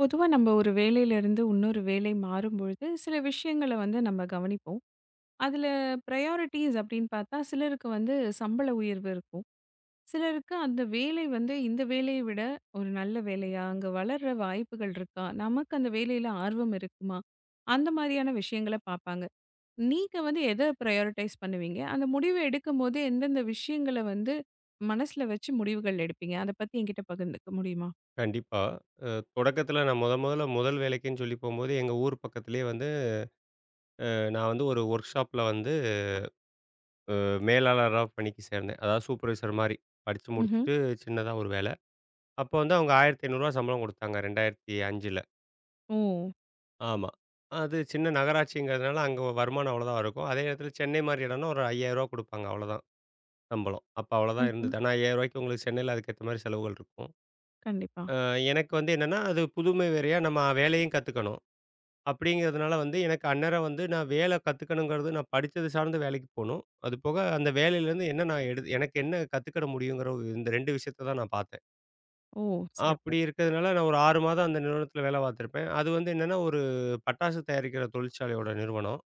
பொதுவா நம்ம ஒரு வேலையிலிருந்து இன்னொரு வேலை மாறும்பொழுது, சில விஷயங்கள வந்து நம்ம கவனிப்போம். அதுல பிரையாரிட்டீஸ் அப்படின்னு பார்த்தா, சிலருக்கு வந்து சம்பள உயர்வு இருக்கும். சிலருக்கு அந்த வேலை வந்து இந்த வேலைய விட ஒரு நல்ல வேலையா, அங்க வளர்ற வாய்ப்புகள் இருக்கா? நமக்கு அந்த வேலையில ஆர்வம் இருக்குமா? அந்த மாரியான விஷயங்கள பார்ப்பாங்க. நீங்க வந்து எத பிரையாரிட்டைஸ் பண்ணுவீங்க? அந்த முடிவு எடுக்கும்போது எந்தெந்த விஷயங்கள வந்து மனசுல வச்சு முடிவுகள் எடுப்பீங்க? அத பத்தி என்கிட்ட பகிர்ந்துக்க முடியுமா? கண்டிப்பா. அ தொடக்கத்தில நான் மொதல்ல முதல் வேலைக்குன்னு சொல்லி போம்போது, எங்க ஊர் பக்கத்திலேயே வந்து நான் வந்து ஒரு ஒர்க் ஷாப்ல வந்து மேலாளரா பணிக்கு சேர்ந்தேன். அதாவது சூப்பர்வைசர் மாரி. படிச்சு ம்ஹ்ம். முடிச்சுட்டு சின்னதா ஒரு வேலை. அப்போ வந்து அவங்க ரூ. 1500 சம்பளம் குடுத்தாங்க 2005ல. ஓ! ஆமா. அது சின்ன நகராட்சிங்கிறதுனால அங்க வருமானம் அவ்வளோதான் இருக்கும். அதே நேரத்தில சென்னை மாரி இடம்னா ஒரு ரூ. 5000 குடுப்பாங்க அவ்வளோதான் சம்பளம். அப்ப அவ்வளோதான் ம்ஹ்ம். இருந்தது. ஆனா ரூ. 5000க்கு உங்களுக்கு சென்னையில அதுக்கேத்த மாரி செலவுகள் இருக்கும். கண்டிப்பா. அ எனக்கு வந்து என்னன்னா, அது புதுமை வேறையா நம்ம வேலையும் கத்துக்கணும். அப்படிங்கிறதுனால வந்து எனக்கு அந்நேரம் வந்து நான் வேலை கத்துக்கணுங்கிறது நான் படிச்சது சார்ந்த வேலைக்கு போணும். அது போக அந்த வேலையிலேருந்து என்ன நான் எனக்கு என்ன கத்துக்கிட முடியுங்கிற ஒரு இந்த 2 விஷயத்த தான் நான் பார்த்தேன். ஓ! சிறப்பு. அப்படி இருக்கிறதுனால நான் ஒரு 6 மாதம் அந்த நிறுவனத்தில வேலை பார்த்துருப்பேன். அது வந்து என்னன்னா ஒரு பட்டாசு தயாரிக்கிற தொழிற்சாலையோட நிறுவனம்.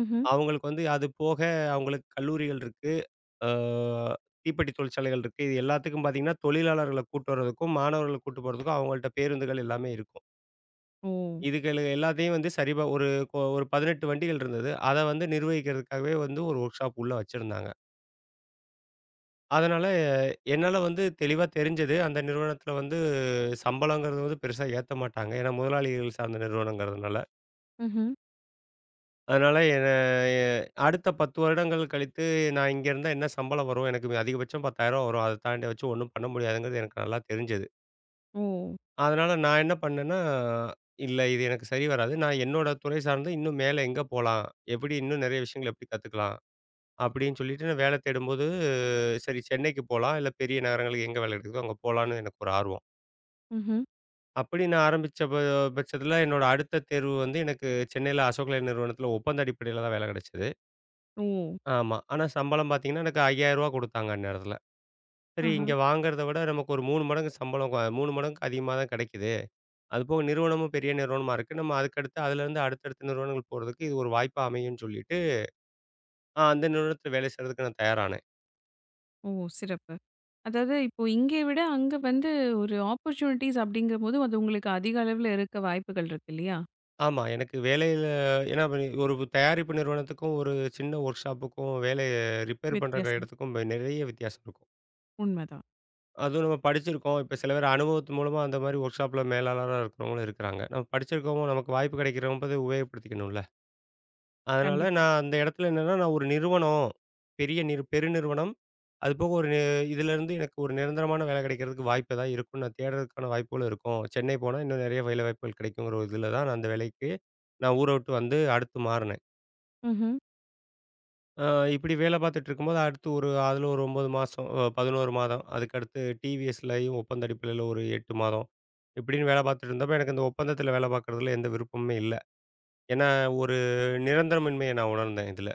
ம்ஹ்ம். அவங்களுக்கு வந்து அது போக அவங்களுக்கு கல்லூரிகள் இருக்கு. ஆ தீப்பெட்டி தொழிற்சாலைகள் இருக்கு. இது எல்லாத்துக்கும் பார்த்தீங்கன்னா, தொழிலாளர்கள கூட்டு வரதுக்கும், மாணவர்கள கூட்டு போறதுக்கும் அவங்கள்ட்ட பேருந்துகள் எல்லாமே இருக்கும். ஓ! இதுகளு எல்லாத்தையும் வந்து சரிபா ஒரு 18 வண்டிகள் இருந்தது. அத வந்து நிர்வகிக்கிறதுக்காகவே வந்து ஒரு ஒர்க் ஷாப் உள்ள வச்சிருந்தாங்க. அதனால என்னால வந்து தெளிவா தெரிஞ்சது. அந்த நிறுவனத்தில வந்து சம்பளங்கிறது வந்து பெருசா ஏத்த மாட்டாங்க. ஏன்னா முதலாளிகள் சார்ந்த நிறுவனங்கிறதுனால. ம்ஹ்ம். அதனால என்ன எ அடுத்த 10 வருடங்கள் கழித்து நான் இங்க இருந்தா என்ன சம்பளம் வரும்? எனக்கு அதிகபட்சம் ரூ. 10,000 வரும். அத தாண்டி வச்சு ஒண்ணும் பண்ண முடியாதுங்கிறது எனக்கு நல்லா தெரிஞ்சது. ஓ! அதனால நான் என்ன பண்ணேன்னா, இல்ல இது எனக்கு சரி வராது. நான் என்னோட துறை சார்ந்து இன்னும் மேல எங்க போலாம்? எப்படி இன்னும் நெறைய விஷயங்கள் எப்படி கத்துக்கலாம்? அப்படின்னு சொல்லிட்டு நான் வேலை தேடும்போது, சரி சென்னைக்கு போலாம். இல்ல பெரிய நகரங்களுக்கு எங்க வேலை கிடைக்குதோ அங்க போலான்னு எனக்கு ஒரு ஆர்வம். ம்ஹ்ம். அப்படி நான் ஆரம்பிச்ச பட்சத்தில என்னோட அடுத்த தேர்வு வந்து எனக்கு சென்னையில அசோக் லைலேண்ட் நிறுவனத்தில ஒப்பந்த அடிப்படையில தான் வேலை கிடைச்சது. ஓ! ஆமா. ஆனா சம்பளம் பார்த்தீங்கன்னா, எனக்கு ரூ. 5000 கொடுத்தாங்க அந்நேரத்தில. சரி ஆஹா! இங்க வாங்குறத விட நமக்கு ஒரு 3 மடங்கு சம்பளம் 3 மடங்கு அதிகமா தான் கிடைக்குது. அதுபோக நிறுவனமும் பெரிய நிறுவனமா இருக்கு. நம்ம அதுக்கடுத்து அதுலேருந்து அடுத்தடுத்த நிறுவனங்கள் போறதுக்கு இது ஒரு வாய்ப்பா அமையும்ன்னு சொல்லிட்டு, அந்த நிறுவனத்தில வேலை செய்றதுக்கு நான் தயாரானேன். ஓ! சிறப்பு. அதாவது இப்போ இங்கே விட அங்க வந்து ஒரு ஆப்பர்ச்சுனிட்டீஸ் அப்படிங்கும்போது, அது உங்களுக்கு அதிக அளவுல இருக்க வாய்ப்புகள் இருக்கு இல்லையா? ஆமா. எனக்கு வேலையில ஏன்னா அப்ப ஒரு தயாரிப்பு நிறுவனத்துக்கும், ஒரு சின்ன ஒர்க் ஷாப்புக்கும் ரிப்பேர் பண்ற வித்தியாசம். இடத்துக்கும் நிறைய வித்தியாசம் இருக்கும். உண்மதான். அதுவும் நம்ம படிச்சிருக்கோம். இப்ப சில பேர் அனுபவத்து மூலமா அந்த மாரி ஒர்க் ஷாப்ல மேலாளரா இருக்கிறவங்களும் இருக்கிறாங்க. நம்ம படிச்சிருக்கவும் நமக்கு வாய்ப்பு கிடைக்கிறபோது உபயோகப்படுத்திக்கணும்ல. அதனால கண்டிப்பா. நான் அந்த இடத்துல என்னன்னா, நான் ஒரு நிறுவனம், பெரிய பெருநிறுவனம். அதுபோக ஒரு நி இதிலேருந்து எனக்கு ஒரு நிரந்தரமான வேலை கிடைக்கிறதுக்கு வாய்ப்பு ஏதாவது இருக்கும். நான் தேடுறதுக்கான வாய்ப்புகள் இருக்கும். சென்னை போனா இன்னும் நிறைய வேலை வாய்ப்புகள் கிடைக்குங்கிற ஒரு இதில தான் நான் அந்த வேலைக்கு நான் ஊர விட்டு வந்து அடுத்து மாறுனேன். ம்ஹ்ம். அ இப்படி வேலை பார்த்துட்டு இருக்கும்போது அடுத்து ஒரு அதில ஒரு 9 மாசம், 11 மாதம். அதுக்கடுத்து டிவிஎஸ்லயும் ஒப்பந்த அடிப்படையில ஒரு 8 மாதம். இப்படின்னு வேலை பார்த்துட்டு இருந்தப்ப எனக்கு இந்த ஒப்பந்தத்தில வேலை பார்க்குறதுல எந்த விருப்பமுமே இல்ல. ஏன்னா ஒரு நிரந்தரமின்மைய நான் உணர்ந்தேன் இதில.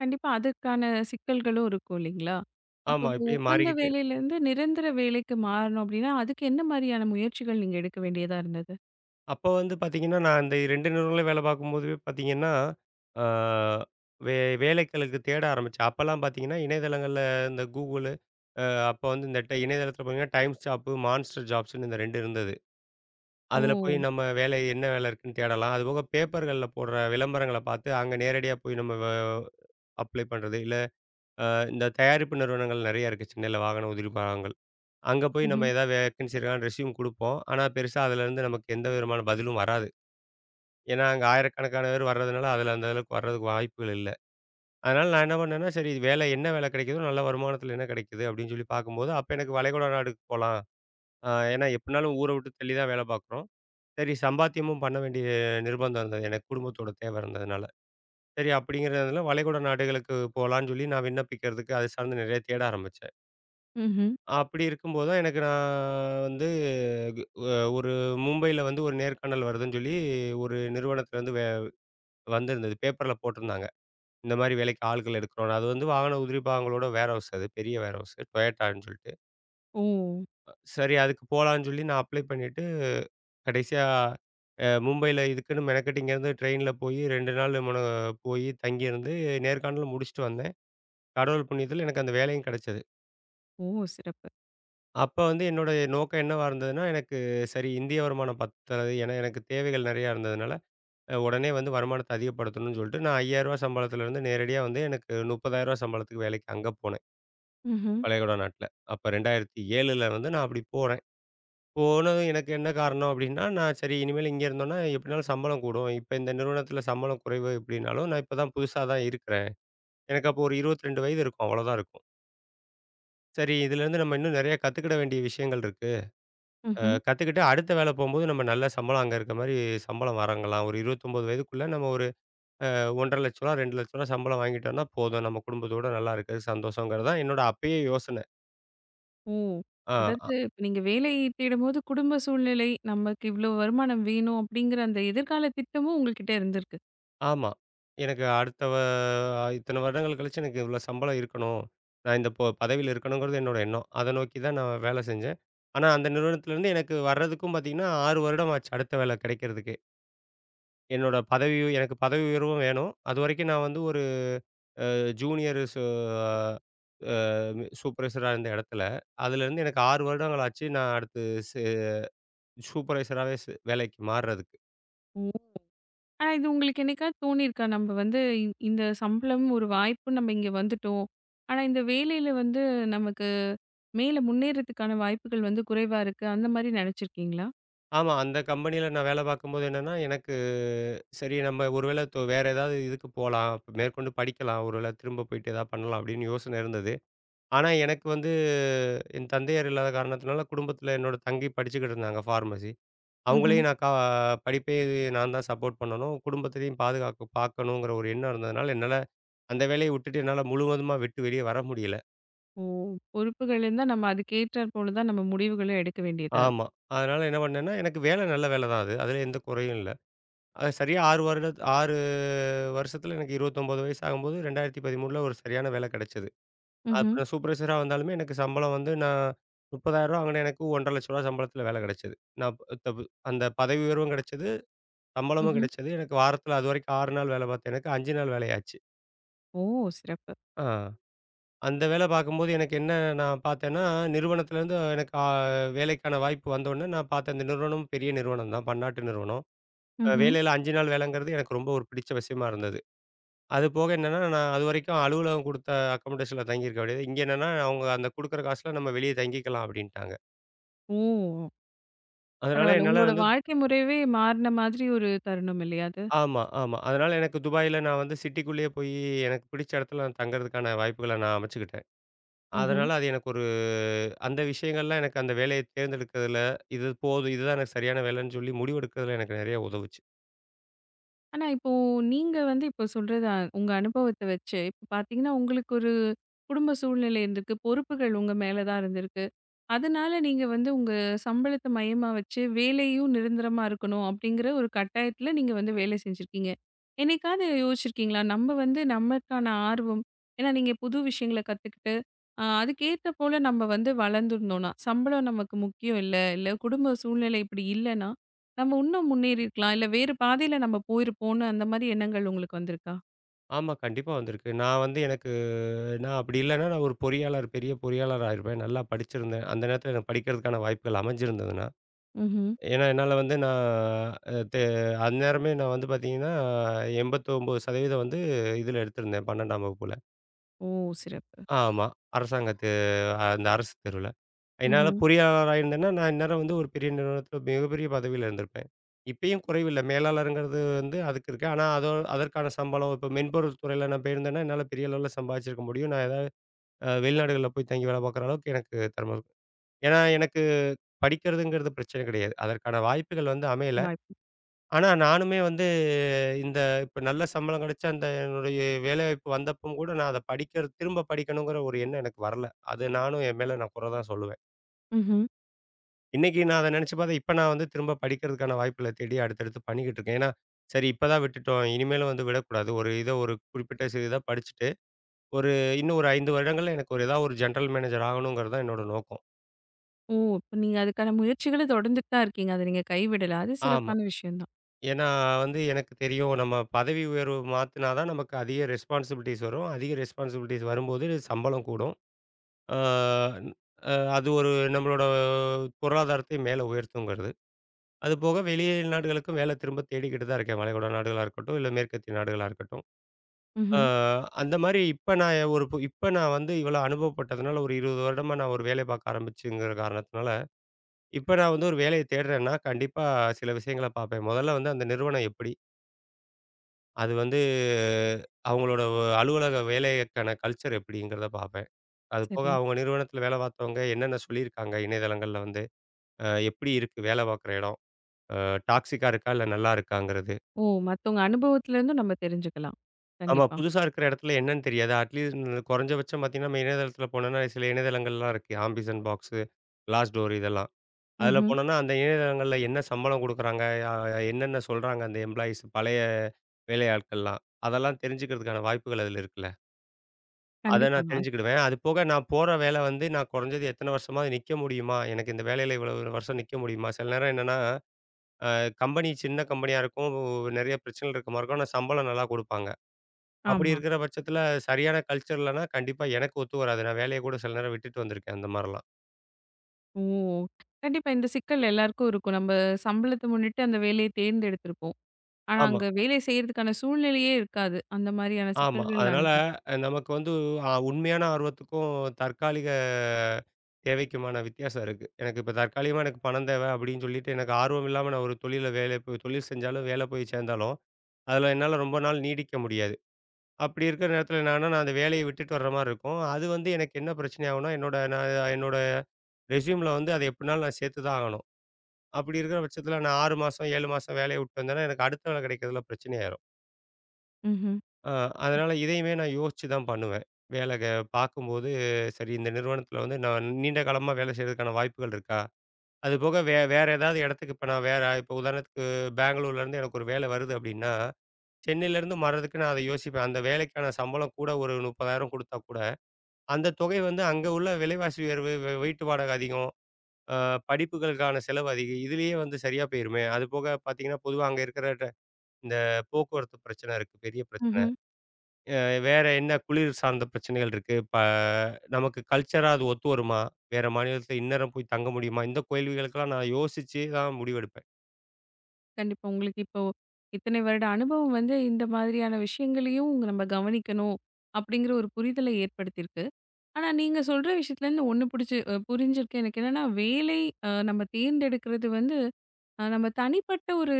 கண்டிப்பா அதுக்கான சிக்கல்களும் இருக்கும் இல்லைங்களா? அப்ப ஆமா இப்போ இப்படியே ஒப்பந்த மாறிக்கிட்டே வேலையிலேருந்து நிரந்தர வேலைக்கு மாறணும் அப்படின்னா, அதுக்கு என்ன மாரியான முயற்சிகள் நீங்க எடுக்க வேண்டியதா இருந்தது? அப்ப வந்து பார்த்தீங்கன்னா, நான் அந்த 2 நிறுவனங்கள்ல வேலை பார்க்கும்போதுவே பார்த்தீங்கன்னா, ஆ வே வேலைகளுக்கு தேட ஆரம்பிச்சேன். அப்பலாம் பார்த்தீங்கன்னா, இணையதளங்கள்ல இந்த Google அ அப்ப வந்து இந்த இணையதளத்தில பார்த்தீங்கன்னா, டைம்ஸ் ஜாப், மான்ஸ்டர் ஜாப்ஸ்ன்னு இந்த 2 இருந்தது. ஓ! அதில போய் நம்ம வேலை என்ன வேலை இருக்குன்னு தேடலாம். அதுபோக பேப்பர்கள்ல போடுற விளம்பரங்கள பார்த்து, அங்க நேரடியா போய் நம்ம அப்ளை பண்றது. இல்ல அ இந்த தயாரிப்பு நிறுவனங்கள் நெறைய இருக்கு சென்னையில வாகன உதிரி பாகங்கள். அங்க போய் நம்ம ம்ஹ்ம். ஏதாவது வேக்கன்சி இருக்கான்னு ரெஸ்யூம் குடுப்போம். ஆனா பெருசா அதிலருந்து நமக்கு எந்த விதமான பதிலும் வராது. ஏன்னா, அங்க ஆயிரக்கணக்கான பேர் வர்றதுனால, அதுல அந்த அளவுக்கு வர்றதுக்கு வாய்ப்புகள் இல்ல. அதனால நான் என்ன பண்ணேன்னா, சரி இது வேலை என்ன வேலை கிடைக்குதோ, நல்ல வருமானத்தில என்ன கிடைக்குது அப்படின்னு சொல்லி பார்க்கும்போது, அப்ப எனக்கு வளைகுடா நாடுக்கு போலாம். ஏன்னா எப்படினாலும் ஊர விட்டு தள்ளி தான் வேலை பார்க்குறோம். சரி சம்பாத்தியமும் பண்ண வேண்டிய நிர்பந்தம் இருந்தது. எனக்கு குடும்பத்தோட தேவை இருந்ததுனால. சரி அப்படிங்கிறதுனால வளைகுடா நாடுகளுக்கு போலான்னு சொல்லி நான் விண்ணப்பிக்கிறதுக்கு, அது சார்ந்து நிறைய தேட ஆரம்பிச்சேன். ம்ஹ்ம். அப்படி இருக்கும்போது தான் எனக்கு நான் வந்து கு அ ஒரு மும்பையில வந்து ஒரு நேர்காணல் வருதுன்னு சொல்லி, ஒரு நிறுவனத்தில இருந்து வந்திருந்தது. பேப்பர்ல போட்டிருந்தாங்க. இந்த மாரி வேலைக்கு ஆள்கள் எடுக்கிறோம்ன்னு. அது வந்து வாகன உதிரி பாகங்களோட வேர் ஹவுஸ் அது. பெரிய வேர் ஹவுஸ் டொயோட்டான்னு சொல்லிட்டு. ஓ! சரி அதுக்கு போலான்னு சொல்லி நான் அப்ளை பண்ணிட்டு, கடைசியா மும்பையில இதுக்குன்னு மெனக்கெட்டு இங்கேருந்து ட்ரெயின்ல போய் 2 நாள் போய் தங்கியிருந்து நேர்காணலும் முடிச்சுட்டு வந்தேன். கடவுள் புண்ணியத்துல எனக்கு அந்த வேலையும் கிடைச்சது. ஓ! சிறப்பு. அப்ப வந்து என்னோட நோக்கம் என்னவா இருந்ததுன்னா, எனக்கு சரி இந்திய வருமானம் பத்தாது. ஏன்னா எனக்கு தேவைகள் நெறையா இருந்ததுனால, உடனே வந்து வருமானத்த அதிகப்படுத்தணும்னு சொல்லிட்டு நான் ரூ. 5000 சம்பளத்துலருந்து நேரடியா வந்து எனக்கு ரூ. 30,000 சம்பளத்துக்கு வேலைக்கு அங்க போனேன். ம்ஹ்ம். பழையகுடா நாட்ல. அப்ப 2007ல வந்து நான் அப்படி போறேன். போனதும் எனக்கு என்ன காரணம் அப்படின்னா, நான் சரி இனிமேல் இங்க இருந்தோம்னா எப்படினாலும் சம்பளம் கூடும். இப்ப இந்த நிறுவனத்தில சம்பளம் குறைவு எப்படின்னாலும், நான் இப்ப தான் புதுசா தான் இருக்கிறேன். எனக்கு அப்போ ஒரு 22 வயது இருக்கும். அவ்வளோதான் இருக்கும். சரி இதிலேருந்து நம்ம இன்னும் நிறைய கத்துக்கிட வேண்டிய விஷயங்கள் இருக்கு. ம்ஹ்ம். கத்துக்கிட்டு அடுத்த வேலை போம்போது நம்ம நல்ல சம்பளம் அங்க இருக்க மாரி சம்பளம் வாங்கலாம். ஒரு 29 வயதுக்குள்ள நம்ம ஒரு ரூ. 1,50,000 ரூ. 2,00,000 சம்பளம் வாங்கிட்டோம்னா போதும். நம்ம குடும்பத்தோட நல்லா இருக்கிறது சந்தோஷங்கிறது தான் என்னோட அப்பயே யோசனை. ஓ! ஆ. அதாவது இப்ப நீங்க வேலை தேடும்போது குடும்ப சூழ்நிலை, நமக்கு இவ்ளோ வருமானம் வேணும் அப்படிங்கிற அந்த எதிர்கால திட்டமும் உங்ககிட்ட இருந்திருக்கு. ஆமா. எனக்கு அடுத்த வ இத்தன வருடங்கள் கழிச்சு எனக்கு இவ்வளோ சம்பளம் இருக்கணும். நான் இந்த பதவியில இருக்கணுங்கிறது என்னோட எண்ணம். அத நோக்கி தான் நான் வேலை செஞ்சேன். ஆனா அந்த நிறுவனத்திலேருந்து எனக்கு வர்றதுக்கும் பார்த்தீங்கன்னா, 6 வருடம் ஆச்சு அடுத்த வேலை கிடைக்கிறதுக்கு. என்னோட எனக்கு பதவி உயர்வும் வேணும். அதுவரைக்கும் நான் வந்து ஒரு ஜூனியர் சு அ சூப்பர்வைசரா இருந்த இடத்துல, அதுலேருந்து எனக்கு 6 வருடங்கள் ஆச்சு நான் அடுத்து சு சூப்பர்வைசராவே வேலைக்கு மாறுறதுக்கு. ம். ஆனா, இது உங்களுக்கு என்னைக்காவது தோணியிருக்கா? நம்ம வந்து இந்த சம்பளம் ஒரு வாய்ப்பு நம்ம இங்க வந்துட்டோம். ஆனா, இந்த வேலையில வந்து நமக்கு மேல முன்னேறதுக்கான வாய்ப்புகள் வந்து குறைவா இருக்கு. அந்த மாரி நெனச்சிருக்கீங்களா? ஆமா. அந்த கம்பெனியில நான் வேலை பார்க்கும்போது என்னன்னா, எனக்கு சரி நம்ம ஒருவேளை வேற ஏதாவது இதுக்கு போலாம். மேற்கொண்டு படிக்கலாம். ஒருவேளை திரும்ப போயிட்டு ஏதாவது பண்ணலாம் அப்படின்னு யோசனை இருந்தது. ஆனா எனக்கு வந்து என் தந்தையார் இல்லாத காரணத்தினால குடும்பத்தில என்னோட தங்கை படிச்சுக்கிட்டு இருந்தாங்க ஃபார்மசி. ம்ஹ்ம். அவங்களையும் நான் கா படிப்பே நான் தான் சப்போர்ட் பண்ணணும். குடும்பத்திலயும் பாதுகாக்க பார்க்கணுங்கிற ஒரு எண்ணம் இருந்ததுனால, என்னால அந்த வேலைய விட்டுட்டு என்னால முழுவதுமா விட்டு வெளியே வர முடியல. ஓ! பொறுப்புகள் இருந்தா நம்ம அதுக்கேற்றாற் போல தான் நம்ம முடிவுகள எடுக்க வேண்டியதா ஆமா. இருக்கும். அதனால என்ன பண்ணேன்னா, எனக்கு வேலை நல்ல வேலை தான் அது. அதில எந்த குறையும் இல்ல. சரியா 6 வருஷத்துல எனக்கு 29 வயசு ஆகும்போது 2013ல ஒரு சரியான வேலை கிடைச்சது. அப்ப ம்ஹ்ம், நான் சூப்பர்வைசரா வந்தாலுமே எனக்கு சம்பளம் வந்து நான் 30,000 வாங்கினேன். எனக்கு ரூ. 1,50,000 சம்பளத்துல வேலை கிடைச்சது. நான் ப தபு அந்த பதவி உயர்வும் கிடைச்சது, சம்பளமும் ம்ஹ்ம். கிடைச்சது. எனக்கு வாரத்துல அதுவரைக்கும் 6 நாள் வேலை பார்த்தேன். எனக்கு 5 நாள் வேலையாச்சு. ஓ! சிறப்பு. ஆ அந்த வேலை பார்க்கும்போது எனக்கு என்ன நான் பார்த்தேன்னா, நிறுவனத்துலேருந்து எனக்கு வேலைக்கான வாய்ப்பு வந்தோனே நான் பார்த்தேன். அந்த நிறுவனம் பெரிய நிறுவனம் தான். பன்னாட்டு நிறுவனம். ம்ஹ்ம். வேலையில 5 நாள் வேலைங்கிறது எனக்கு ரொம்ப ஒரு பிடிச்ச விஷயமா இருந்தது. அது போக என்னன்னா, நான் அதுவரைக்கும் அலுவலகம் குடுத்த அக்கமோடேஷன்ல தங்கியிருக்க வேண்டியது. இங்க என்னன்னா, அவங்க அந்த குடுக்குற காசுல நம்ம வெளிய தங்கிக்கலாம் அப்டின்ட்டாங்க. ஓ! அதனால பரவால்ல. என்னால உங்களோட வந்து வாழ்க்கை முறையவே மாறுன மாதிரி ஒரு தருணம் இல்லையா அது? ஆமா, ஆமா. அதனால எனக்கு துபாயில நான் வந்து சிட்டிக்குள்ளேயே எனக்கு பிடிச்ச இடத்துல நான் தங்கறதுக்கான வாய்ப்புகள நான் அமைச்சுக்கிட்டேன். ம்ஹ்ம். அதனால அது எனக்கு ஒரு அந்த விஷயங்கள்லாம் எனக்கு அந்த வேலைய தேர்ந்தெடுக்கிறதுல, இது போதும் இதுதான் எனக்கு சரியான வேலைன்னு சொல்லி முடிவெடுக்கிறதுல எனக்கு நெறைய உதவுச்சு. ஆனா, இப்போ நீங்க வந்து இப்போ சொல்றது உங்க அனுபவத்த வச்சு, இப்ப பார்த்தீங்கன்னா, உங்களுக்கு ஒரு குடும்ப சூழ்நிலை இருந்திருக்கு. பொறுப்புகள் உங்க மேல தான் இருந்திருக்கு. அதனால நீங்க வந்து உங்க சம்பளத்த மையமா வச்சு, வேலையும் நிரந்தரமா இருக்கணும் அப்படிங்கிற ஒரு கட்டாயத்துல நீங்க வந்து வேலை செஞ்சிருக்கீங்க. என்னைக்காவது யோசிச்சிருக்கீங்களா? நம்ம வந்து நமக்கான ஆர்வம் ஏன்னா நீங்க புது விஷயங்கள கத்துக்கிட்டு, அதுக்கேத்த போல நம்ம வந்து வளர்ந்துருந்தோம்னா, சம்பளம் நமக்கு முக்கியம் இல்ல, இல்ல குடும்ப சூழ்நிலை இப்படி இல்லன்னா, நம்ம இன்னும் முன்னேறியிருக்கலாம். இல்ல வேறு பாதையில நம்ம போயிருப்போம்னு அந்த மாரி எண்ணங்கள் உங்களுக்கு வந்திருக்கா? ஆமா, கண்டிப்பா வந்திருக்கு. நான் வந்து எனக்கு நான் அப்டி இல்லன்னா நான் ஒரு பெரிய பொறியாளர் ஆயிருப்பேன். நல்லா படிச்சிருந்தேன். அந்த நேரத்துல எனக்கு படிக்கிறதுக்கான வாய்ப்புகள் அமைஞ்சிருந்ததுன்னா ம்ஹ்ம். ஏன்னா, என்னால வந்து நான் அ தே அந்நேரமே நான் வந்து பார்த்தீங்கன்னா, 89% வந்து இதில எடுத்திருந்தேன் 12ஆம் வகுப்புல. ஓ! சிறப்பு. ஆமா. அரசாங்க தே அந்த அரசு தேர்வுல. என்னால ம்ஹ்ம். பொறியாளரா இருந்தேன்னா, நான் இந்நேரம் வந்து ஒரு பெரிய நிறுவனத்தில மிகப்பெரிய பதவியில இருந்திருப்பேன். இப்பயும் குறைவில்ல. மேலாளர்ங்கிறது வந்து அதுக்கு இருக்கு. ஆனா, அதற்கான சம்பளம் இப்போ மென்பொருள் துறையில நான் போயிருந்தேன்னா, என்னால பெரிய அளவுல சம்பாதிச்சிருக்க முடியும். நான் ஏதாவது வெளிநாடுகள்ல போய் தங்கி வேலை பார்க்குற அளவுக்கு எனக்கு திறமை இருக்கு. ஏன்னா, எனக்கு படிக்கிறதுங்கிறது பிரச்சனை கிடையாது. அதற்கான வாய்ப்புகள் வந்து அமையல. வாய்ப்பு. ஆனா, நானுமே வந்து இந்த இப்ப நல்ல சம்பளம் கிடைச்ச அந்த என்னுடைய வேலைவாய்ப்பு வந்தப்பவும் கூட நான் அத படிக்கிற திரும்ப படிக்கணுங்கிற ஒரு எண்ணம் எனக்கு வரல. அது நானும் என் மேல நான் குறை தான் சொல்லுவேன். ம்ஹ்ம். இன்னைக்கு நான் அத நினைச்சு பார்த்தா, இப்ப நான் வந்து திரும்ப படிக்கிறதுக்கான வாய்ப்புகள தேடி அடுத்தடுத்து பண்ணிக்கிட்டு இருக்கேன். ஏன்னா, சரி இப்ப தான் விட்டுட்டோம். இனிமேலும் வந்து விடக்கூடாது. ஒரு இத ஒரு குறிப்பிட்ட இத படிச்சுட்டு, ஒரு இன்னும் ஒரு 5 வருடங்கள்ல எனக்கு ஒரு ஏதாவது ஒரு ஜெனரல் மேனேஜர் ஆகணுங்கிறது தான் என்னோட நோக்கம். ஓ! அப்ப நீங்க அதுக்கான முயற்சிகள தொடர்ந்துட்டு தான் இருக்கீங்க. அத நீங்க கைவிடல. அது ஆமா. சிறப்பான விஷயம் தான். ஏன்னா வந்து எனக்கு தெரியும் நம்ம பதவி உயர்வு மாத்துனா தான் நமக்கு அதிக ரெஸ்பான்சிபிலிட்டீஸ் வரும். அதிக ரெஸ்பான்சிபிலிட்டீஸ் வரும்போது சம்பளம் கூடும். ஆ, அது ஒரு நம்மளோட பொருளாதாரத்தை மேல உயர்த்துங்கிறது. அதுபோக வெளிய நாடுகளுக்கும் வேலை திரும்ப தேடிக்கிட்டு தான் இருக்கேன். வளைகுடா நாடுகளா இருக்கட்டும், இல்ல மேற்கத்திய நாடுகளா இருக்கட்டும். ஆ ம்ஹ்ம். அந்த மாரி இப்ப நான் ஒரு பு இப்ப நான் வந்து இவ்வளோ அனுபவப்பட்டதுனால, ஒரு 20 வருடமா நான் ஒரு வேலை பார்க்க ஆரம்பிச்சுங்கிற காரணத்தினால, இப்ப நான் வந்து ஒரு வேலைய தேடுறேன்னா, கண்டிப்பா சில விஷயங்கள பார்ப்பேன். முதல்ல வந்து அந்த நிறுவனம் எப்படி? அது வந்து அலுவலக வேலைக்கான கல்ச்சர் எப்படிங்கிறத பார்ப்பேன். அது போக சரி. அவங்க நிறுவனத்தில வேலை பார்த்தவங்க என்னென்ன சொல்லியிருக்காங்க இணையதளங்கள்ல வந்து? எப்படி இருக்கு வேலை பார்க்குற இடம்? அ டாக்ஸிக்கா இருக்கா? இல்ல நல்லா இருக்காங்கிறது. ஓ! மத்தவங்க அனுபவத்துல இருந்தும் நம்ம தெரிஞ்சுக்கலாம். ஆமா, கண்டிப்பா. புதுசா இருக்கிற இடத்துல என்னன்னு தெரியாது. அட்லீஸ்ட் குறைஞ்சபட்சம் பார்த்தீங்கன்னா, நம்ம இணையதளத்தில போனோம்னா சில இணையதளங்கள்லாம் இருக்கு. ஆம்பிஷன் பாக்ஸு, கிளாஸ்டோர் இதெல்லாம். அதில ம்ஹ்ம். போனோம்னா, அந்த இணையதளங்கள்ல என்ன சம்பளம் குடுக்குறாங்க? அ என்னென்ன சொல்றாங்க அந்த எம்ப்ளாயீஸ் பழைய வேலையாட்கள்லாம். அதெல்லாம் தெரிஞ்சுக்கிறதுக்கான வாய்ப்புகள் அதில இருக்குல்ல. அத நான் கண்டிப்பாங்க. தெரிஞ்சுக்கிடுவேன். அது போக நான் போற வேலை வந்து நான் குறைஞ்சது எத்தன வருஷமாவது நிக்க முடியுமா? எனக்கு இந்த வேலையில இவ்வளவு வருஷம் நிக்க முடியுமா? சில நேரம் என்னன்னா சின்ன கம்பெனியா இருக்கும். நெறைய பிரச்சனைகள் இருக்க மாரி இருக்கும். ஆனா சம்பளம் நல்லா குடுப்பாங்க. அப்படி ஆமா. இருக்கிற பட்சத்தில சரியான கல்ச்சர் இல்லன்னா, கண்டிப்பா எனக்கு ஒத்து வராது. நான் வேலைய கூட சில நேரம் விட்டுட்டு வந்திருக்கேன் அந்த மாரிலாம். ஓ! கண்டிப்பா இந்த சிக்கல் எல்லாருக்கும் இருக்கும். நம்ம சம்பளத்த முன்னிட்டு அந்த வேலைய தேர்ந்தெடுத்திருப்போம். ஆனா, ஆமா, அங்க வேலை செய்றதுக்கான சூழ்நிலையே இருக்காது. அந்த மாரியான ஆமா. சிக்கல்கள் அதனால நமக்கு வந்து உண்மையான ஆர்வத்துக்கும், தற்காலிக தேவைக்குமான வித்தியாசம் இருக்கு. எனக்கு இப்ப தற்காலிகமா எனக்கு பணம் தேவை அப்படின்னு சொல்லிட்டு எனக்கு ஆர்வம் இல்லாம நான் ஒரு தொழில்ல வேலை போய் தொழில் செஞ்சாலும், வேலை போய் சேர்ந்தாலும், அதில என்னால ரொம்ப நாள் நீடிக்க முடியாது. அப்படி இருக்கிற நேரத்தில என்னாகும்னா, நான் அந்த வேலைய விட்டுட்டு வர்ற மாரி இருக்கும். அது வந்து எனக்கு என்ன பிரச்சனை ஆகும்னா, என்னோட ரெஸ்யூம்ல வந்து அத எப்படினாலும் நான் சேர்த்து தான் ஆகணும். அப்படி இருக்கிற பட்சத்தில நான் 6 மாசம், 7 மாசம் வேலைய விட்டு வந்தேன்னா, எனக்கு அடுத்த வேலை கிடைக்கிறதுல பிரச்சனை ஆயிரும். ம்ஹ்ம். அ அதனால இதையுமே நான் யோசிச்சு தான் பண்ணுவேன். வேலை க பார்க்கும்போது, சரி இந்த நிறுவனத்தில வந்து நான் நீண்ட காலமா வேலை செய்றதுக்கான வாய்ப்புகள் இருக்கா? அதுபோக வேற ஏதாவது இடத்துக்கு இப்ப நான் வேற இப்ப உதாரணத்துக்கு பெங்களூர்லேருந்து எனக்கு ஒரு வேலை வருது அப்படின்னா, சென்னையிலேருந்து மாறதுக்கு நான் அத யோசிப்பேன். அந்த வேலைக்கான சம்பளம் கூட ஒரு 30,000 குடுத்தா கூட அந்த தொகை வந்து அங்க உள்ள விலைவாசி உயர்வு, வீட்டு வாடகை அதிகம். அ படிப்புகளுக்கான செலவு அதிகம். இதுலயே வந்து சரியா போயிருமே! அது போக பார்த்தீங்கன்னா, பொதுவா அங்க இருக்கிற இந்த போக்குவரத்து பிரச்சனை இருக்கு. பெரிய பிரச்சனை. ம்ஹ்ம். அ வேற என்ன குளிர் சார்ந்த பிரச்சனைகள் இருக்கு. நமக்கு கல்ச்சரா அது ஒத்து வருமா? வேற மாநிலத்தில இந்நேரம் போய் தங்க முடியுமா? இந்த கேள்விகளுக்கெல்லாம் நான் யோசிச்சு தான் முடிவெடுப்பேன். கண்டிப்பா. உங்களுக்கு இப்போ இத்தனை வருட அனுபவம் வந்து இந்த மாதிரியான விஷயங்களையும் நம்ம கவனிக்கணும், அப்படிங்கிற ஒரு புரிதல ஏற்படுத்தியிருக்கு. ஆனா, நீங்க சொல்ற விஷயத்துலேருந்து ஒண்ணு புடிச்சு புரிஞ்சிருக்கு. எனக்கு என்னன்னா, வேலை நம்ம தேர்ந்தெடுக்கிறது வந்து, நம்ம தனிப்பட்ட ஒரு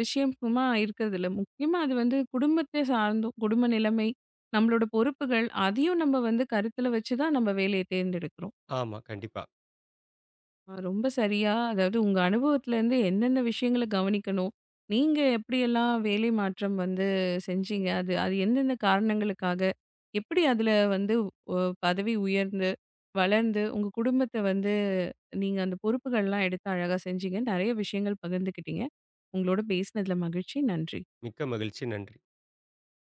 விஷயமா இருக்கிறதில்ல. முக்கியமா அது வந்து குடும்பத்த சார்ந்தும், குடும்ப நிலைமை, நம்மளோட பொறுப்புகள், அதையும் நம்ம வந்து கருத்துல வச்சு தான் நம்ம வேலைய தேர்ந்தெடுக்கிறோம். ஆமா, கண்டிப்பா. ஆ ரொம்ப சரியா, அதாவது உங்க அனுபவத்திலேருந்து என்னென்ன விஷயங்கள கவனிக்கணும்? நீங்க எப்படியெல்லாம் வேலை மாற்றம் வந்து செஞ்சீங்க? அது அது எந்தெந்த காரணங்களுக்காக? எப்படி அதில வந்து ஒ பதவி உயர்ந்து, வளர்ந்து, உங்க குடும்பத்த வந்து நீங்க அந்த பொறுப்புகள்லாம் எடுத்து அழகா செஞ்சீங்க. நெறைய விஷயங்கள் பகிர்ந்துக்கிட்டீங்க. உங்களோட பேசினதில மகிழ்ச்சி. நன்றி. மிக்க மகிழ்ச்சி. நன்றி.